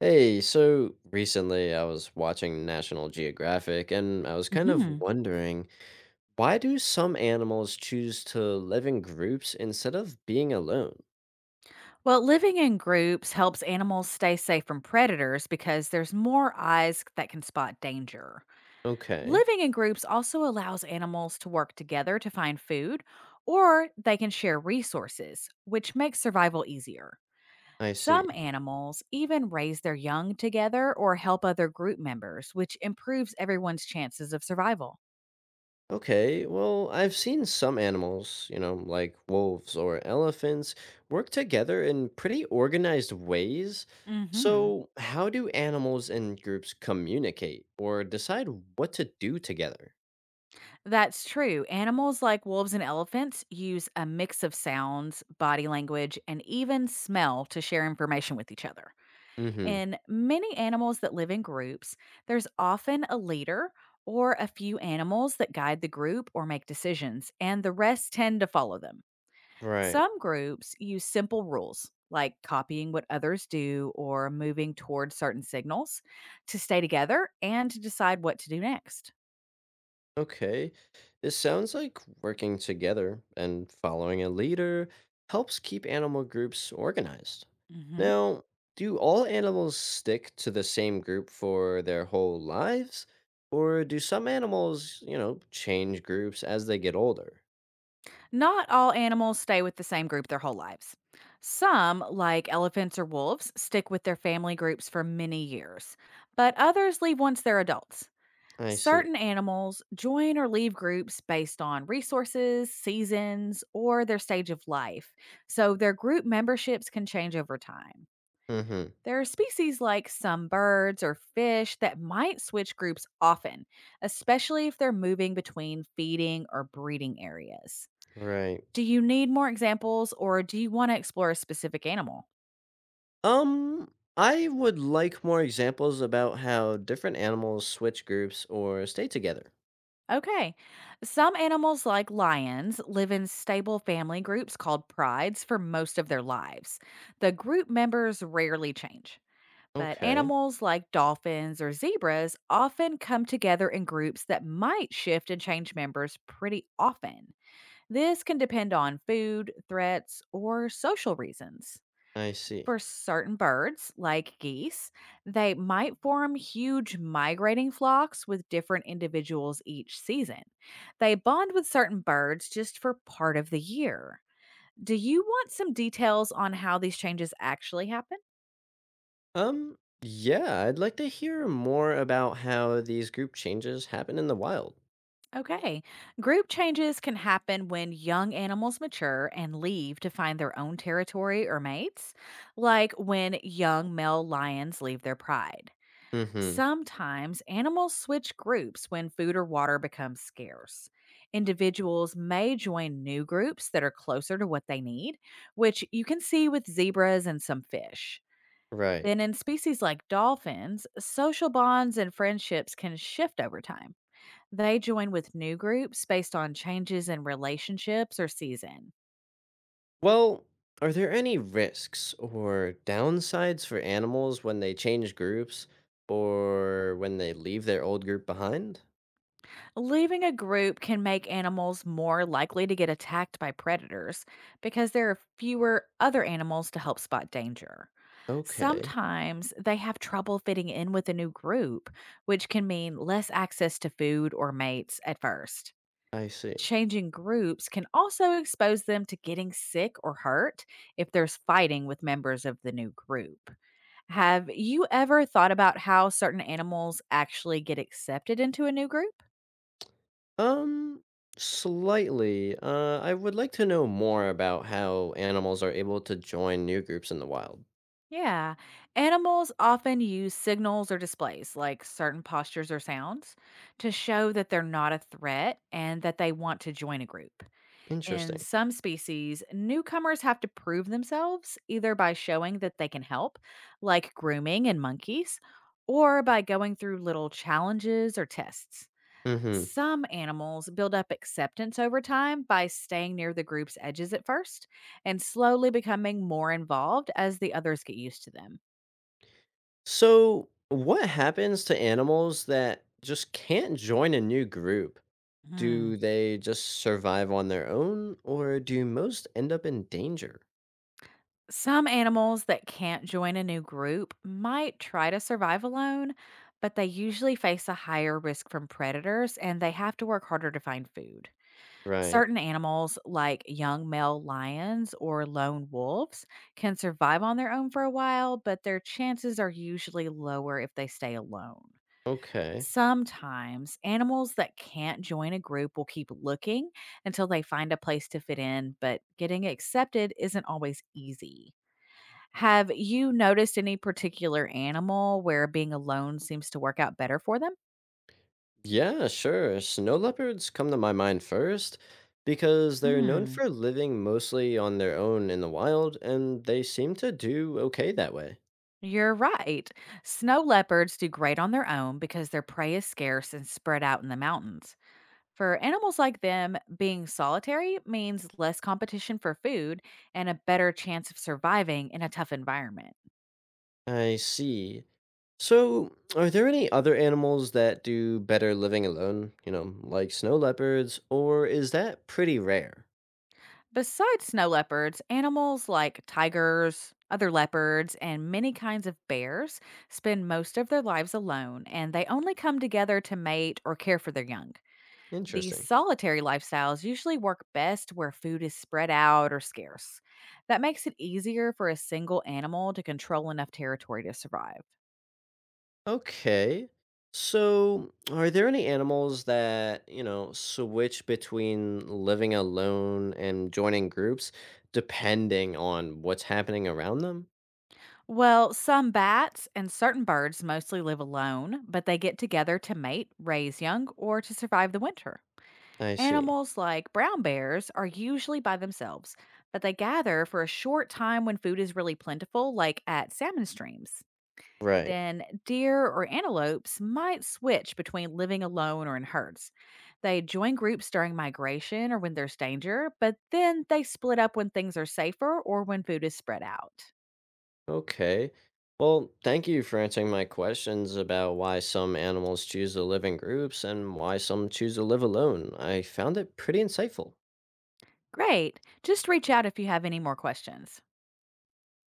Hey, so recently I was watching National Geographic and I was kind of hmm wondering why do some animals choose to live in groups instead of being alone? Well, living in groups helps animals stay safe from predators because there's more eyes that can spot danger. Okay, Living in groups also allows animals to work together to find food, or they can share resources, which makes survival easier. I Some see. animals even raise their young together or help other group members, which improves everyone's chances of survival. Okay, well, I've seen some animals, you know, like wolves or elephants, work together in pretty organized ways. hmm So, how do animals and groups communicate or decide what to do together? That's true. Animals like wolves and elephants use a mix of sounds, body language, and even smell to share information with each other. Mm-hmm. In many animals that live in groups, there's often a leader or a few animals that guide the group or make decisions, and the rest tend to follow them. Right. Some groups use simple rules, like copying what others do or moving toward certain signals, to stay together and to decide what to do next. Okay, this sounds like working together and following a leader helps keep animal groups organized. Now, do all animals stick to the same group for their whole lives? Or do some animals, you know, change groups as they get older? Not all animals stay with the same group their whole lives. Some, like elephants or wolves, stick with their family groups for many years, but others leave once they're adults. I see. Certain animals join or leave groups based on resources, seasons, or their stage of life, so their group memberships can change over time. Mm-hmm. There are species like some birds or fish that might switch groups often, especially if they're moving between feeding or breeding areas. Right. Do you need more examples or do you want to explore a specific animal? I would like more examples about how different animals switch groups or stay together. Okay. Some animals, like lions, live in stable family groups called prides for most of their lives. The group members rarely change. But Okay, animals like dolphins or zebras often come together in groups that might shift and change members pretty often. This can depend on food, threats, or social reasons. I see. For certain birds, like geese, they might form huge migrating flocks with different individuals each season. They bond with certain birds just for part of the year. Do you want some details on how these changes actually happen? Yeah, I'd like to hear more about how these group changes happen in the wild. Okay. Group changes can happen when young animals mature and leave to find their own territory or mates, like when young male lions leave their pride. Mm-hmm. Sometimes animals switch groups when food or water becomes scarce. Individuals may join new groups that are closer to what they need, which you can see with zebras and some fish. Right. Then, in species like dolphins, social bonds and friendships can shift over time. They join with new groups based on changes in relationships or season. Well, are there any risks or downsides for animals when they change groups or when they leave their old group behind? Leaving a group can make animals more likely to get attacked by predators because there are fewer other animals to help spot danger. Okay, Sometimes they have trouble fitting in with a new group, which can mean less access to food or mates at first. I see. Changing groups can also expose them to getting sick or hurt if there's fighting with members of the new group. Have you ever thought about how certain animals actually get accepted into a new group? Um, slightly. I would like to know more about how animals are able to join new groups in the wild. Yeah. Animals often use signals or displays, like certain postures or sounds, to show that they're not a threat and that they want to join a group. In Interesting. some species, newcomers have to prove themselves either by showing that they can help, like grooming in monkeys, or by going through little challenges or tests. Mm-hmm. Some animals build up acceptance over time by staying near the group's edges at first and slowly becoming more involved as the others get used to them. So, what happens to animals that just can't join a new group? Do Mm. they just survive on their own, or do most end up in danger? Some animals that can't join a new group might try to survive alone, but they usually face a higher risk from predators and they have to work harder to find food. Right. Certain animals, like young male lions or lone wolves, can survive on their own for a while, but their chances are usually lower if they stay alone. Okay. Sometimes animals that can't join a group will keep looking until they find a place to fit in, but getting accepted isn't always easy. Have you noticed any particular animal where being alone seems to work out better for them? Yeah, sure. Snow leopards come to my mind first because they're known Mm, for living mostly on their own in the wild, and they seem to do okay that way. you're right. Snow leopards do great on their own because their prey is scarce and spread out in the mountains. For animals like them, being solitary means less competition for food and a better chance of surviving in a tough environment. I see. So, are there any other animals that do better living alone, you know, like snow leopards, or is that pretty rare? Besides snow leopards, animals like tigers, other leopards, and many kinds of bears spend most of their lives alone and they only come together to mate or care for their young. These Interesting. solitary lifestyles usually work best where food is spread out or scarce. That makes it easier for a single animal to control enough territory to survive. Okay. So, are there any animals that, you know, switch between living alone and joining groups depending on what's happening around them? Well, some bats and certain birds mostly live alone, but they get together to mate, raise young, or to survive the winter. I see. Animals like brown bears are usually by themselves, but they gather for a short time when food is really plentiful, like at salmon streams. Right. Then deer or antelopes might switch between living alone or in herds. They join groups during migration or when there's danger, but then they split up when things are safer or when food is spread out. Okay. Well, thank you for answering my questions about why some animals choose to live in groups and why some choose to live alone. I found it pretty insightful. Great. Just reach out if you have any more questions.